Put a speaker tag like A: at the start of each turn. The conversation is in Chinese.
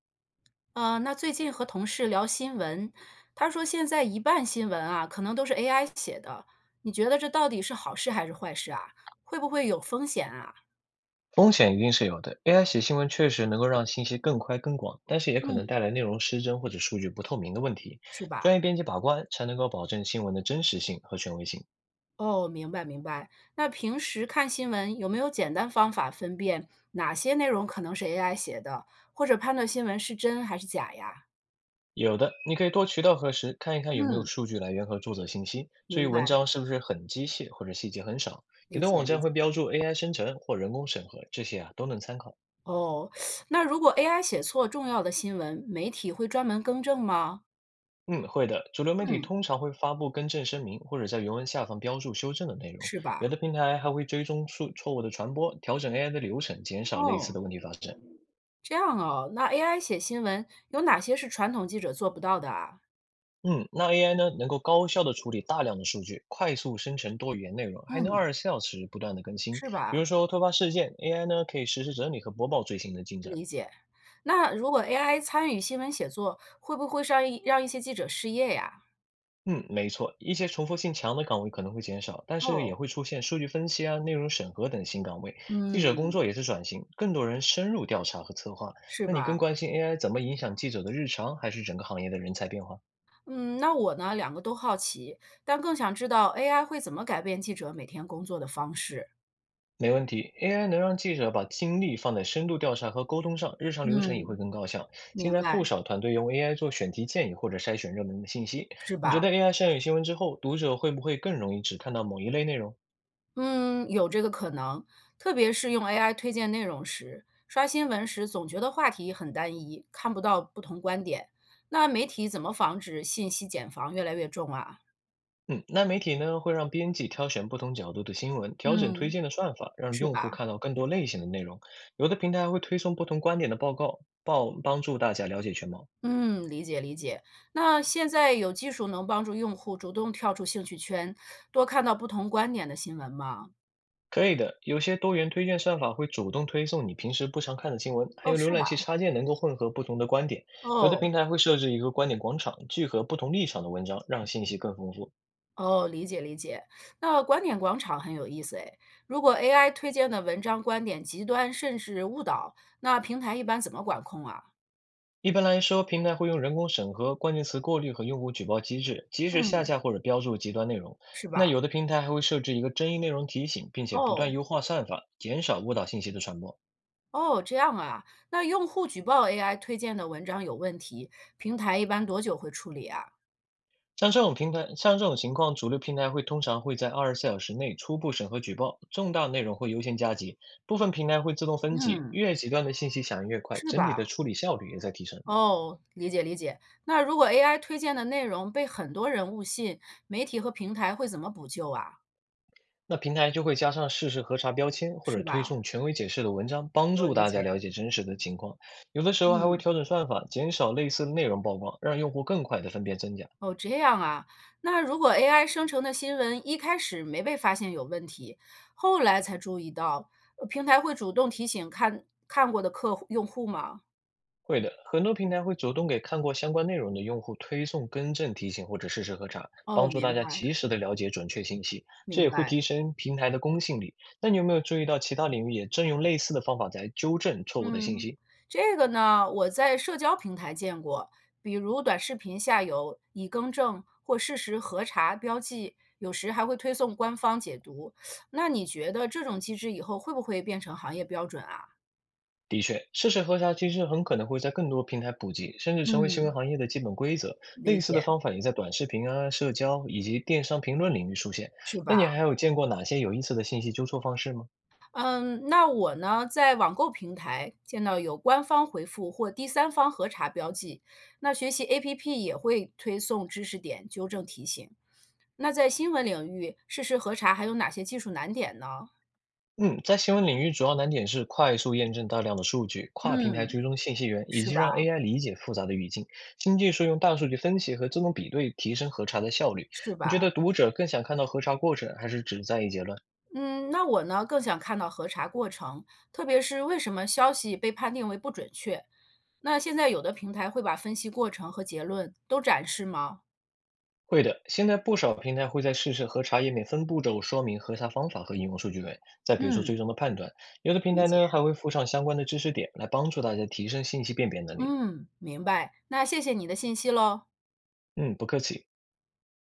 A: 那最近和同事聊新闻，他说现在一半新闻啊，可能都是 AI 写的。你觉得这到底是好事还是坏事啊？会不会有风险啊？
B: 风险一定是有的。AI 写新闻确实能够让信息更快更广，但是也可能
A: 嗯，
B: 带来内容失真或者数据不透明的问题。
A: 是吧？
B: 专业编辑把关才能够保证新闻的真实性和权威性。
A: 哦，明白明白。那平时看新闻有没有简单方法分辨哪些内容可能是 AI 写的，或者判断新闻是真还是假呀？
B: 有的，你可以多渠道核实，看一看有没有
A: 嗯，
B: 数据来源和作者信息，注意
A: 明
B: 文
A: 白，
B: 章是不是很机械或者细节很少。
A: 理
B: 有的
A: 解
B: 网
A: 理
B: 站会
A: 解。
B: 标注 AI 生成或人工审核，这些啊都能参考。
A: 哦，那如果 AI 写错重要的新闻，媒体会专门更正吗？
B: 嗯，会的。主流媒体
A: 嗯，
B: 通常会发布更正声明，或者在原文下方标注修正的内容。
A: 是
B: 有
A: 吧？
B: 的平台还会追踪出错误的传播，调整 AI 的流程，减少类似
A: 哦，
B: 的问题发生。
A: 这样哦，那 AI 写新闻有哪些是传统记者做不到的啊？
B: 嗯，那 AI 呢，能够高效的处理大量的数据，快速生成多语言内容，还能
A: 嗯，
B: 二十四小时不断的更新。
A: 是吧？
B: 比如说突发事件，AI 呢可以实时整理和播报最新的进展。
A: 那如果 AI 参与新闻写作，会不会让些记者失业呀？
B: 嗯，没错，一些重复性强的岗位可能会减少，但是也
A: 哦，
B: 会出现数据分析啊、内容审核等新岗位。记者工
A: 嗯，
B: 作也是转型，更多人深入调查和策划。
A: 是
B: 那你
A: 吧？
B: 更关心 AI 怎么影响记者的日常，还是整个行业的人才变化？
A: 嗯，那我呢，两个都好奇，但更想知道 AI 会怎么改变记者每天工作的方式。
B: 没问题，AI 能让记者把精力放在深度调查和沟通上，日常流程也会
A: 嗯。
B: 更高效。
A: 明
B: 现在
A: 白，
B: 不少团队用 AI 做选题建议或者筛选热门的信息。
A: 是
B: 你觉
A: 吧？
B: 得 AI 筛选新闻之后，读者会不会更容易只看到某一类内容？
A: 嗯，有这个可能，特别是用 AI 推荐内容时，刷新闻时总觉得话题很单一，看不到不同观点。那媒体怎么防止信息茧房越来越重啊？
B: 嗯，那媒体呢会让编辑挑选不同角度的新闻，调整推
A: 嗯，
B: 荐的算法，让
A: 是
B: 用
A: 吧？
B: 户看到更多类型的内容。有的平台会推送不同观点的报告，帮助大家了解全貌。
A: 嗯，理解理解。那现在有技术能帮助用户主动跳出兴趣圈，多看到不同观点的新闻吗？
B: 可以的，有些多元推荐算法会主动推送你平时不常看的新闻，还
A: 哦，
B: 有浏
A: 是
B: 览器
A: 吧？
B: 插件能够混合不同的观点。有的
A: 哦，
B: 平台会设置一个观点广场，聚合不同立场的文章，让信息更丰富。
A: 哦，理解理解。那观点广场很有意思诶，如果 AI 推荐的文章观点极端甚至误导，那平台一般怎么管控啊？
B: 一般来说，平台会用人工审核、关键词过滤和用户举报机制，及时下
A: 嗯，
B: 架或者标注极端内容。
A: 是
B: 那
A: 吧？
B: 有的平台还会设置一个争议内容提醒，并且不
A: 哦
B: 断优化算法，减少误导信息的传播。
A: 哦，这样啊。那用户举报 AI 推荐的文章有问题，平台一般多久会处理啊？
B: 像这种情况，主流平台会通常会在24小时内初步审核举报，重大内容会优先加急，部分平台会自动分级，
A: 嗯，
B: 越极端的信息响应越快，
A: 是
B: 整体
A: 吧？
B: 的处理效率也在提升。
A: 哦，理解理解。那如果 AI 推荐的内容被很多人误信，媒体和平台会怎么补救啊？
B: 那平台就会加上事实核查标签，或
A: 是
B: 者推
A: 吧？
B: 送权威解释的文章，帮
A: 我
B: 助
A: 理
B: 大家
A: 解。
B: 了解真实的情况。有的时候还会
A: 嗯。
B: 调整算法，减少类似的内容曝光，让用户更快地分辨真假。
A: 哦，这样啊。那如果 AI 生成的新闻一开始没被发现有问题，后来才注意到，平台会主动提醒看看过的客户用户吗？
B: 会的，很多平台会主动给看过相关内容的用户推送更正提醒或者事实核查，
A: 哦，
B: 帮助
A: 明
B: 大家
A: 白
B: 及时的了解准确信息，这
A: 明
B: 也会
A: 白。
B: 提升平台的公信力。那你有没有注意到其他领域也正用类似的方法在纠正错误的信
A: 嗯，
B: 息？
A: 这个呢，我在社交平台见过，比如短视频下有已更正或事实核查标记，有时还会推送官方解读。那你觉得这种机制以后会不会变成行业标准啊？
B: 的确，试水核查其实很可能会在更多平台普及，甚至成为新
A: 嗯，
B: 闻行业的基本规则。
A: 理
B: 类似
A: 解，
B: 的方法也在短视频啊、社交以及电商评论领域出现。
A: 是吧？
B: 那你还有见过哪些有意思的信息纠错方式吗？
A: 嗯，那我呢，在网购平台见到有官方回复或第三方核查标记，那学习 APP 也会推送知识点、纠正提醒。那在新闻领域，事实核查还有哪些技术难点呢？
B: 嗯，在新闻领域，主要难点是快速验证大量的数据、跨平台追
A: 嗯，
B: 踪信息源，以
A: 是
B: 及让
A: 吧？
B: AI 理解复杂的语境。新技术用大数据分析和自动比对提升核查的效率。
A: 是
B: 你觉
A: 吧？
B: 得读者更想看到核查过程，还是只在意结论？
A: 嗯，那我呢，更想看到核查过程，特别是为什么消息被判定为不准确。那现在有的平台会把分析过程和结论都展示吗？
B: 会的，现在不少平台会在试试核查页面分步骤说明核查方法和应用数据源，再给出最
A: 嗯，
B: 终的判断。有的平
A: 理
B: 台
A: 解。
B: 呢还会附上相关的知识点来帮助大家提升信息辨别能力。
A: 嗯，明白。那谢谢你的信息喽。
B: 嗯，不客气。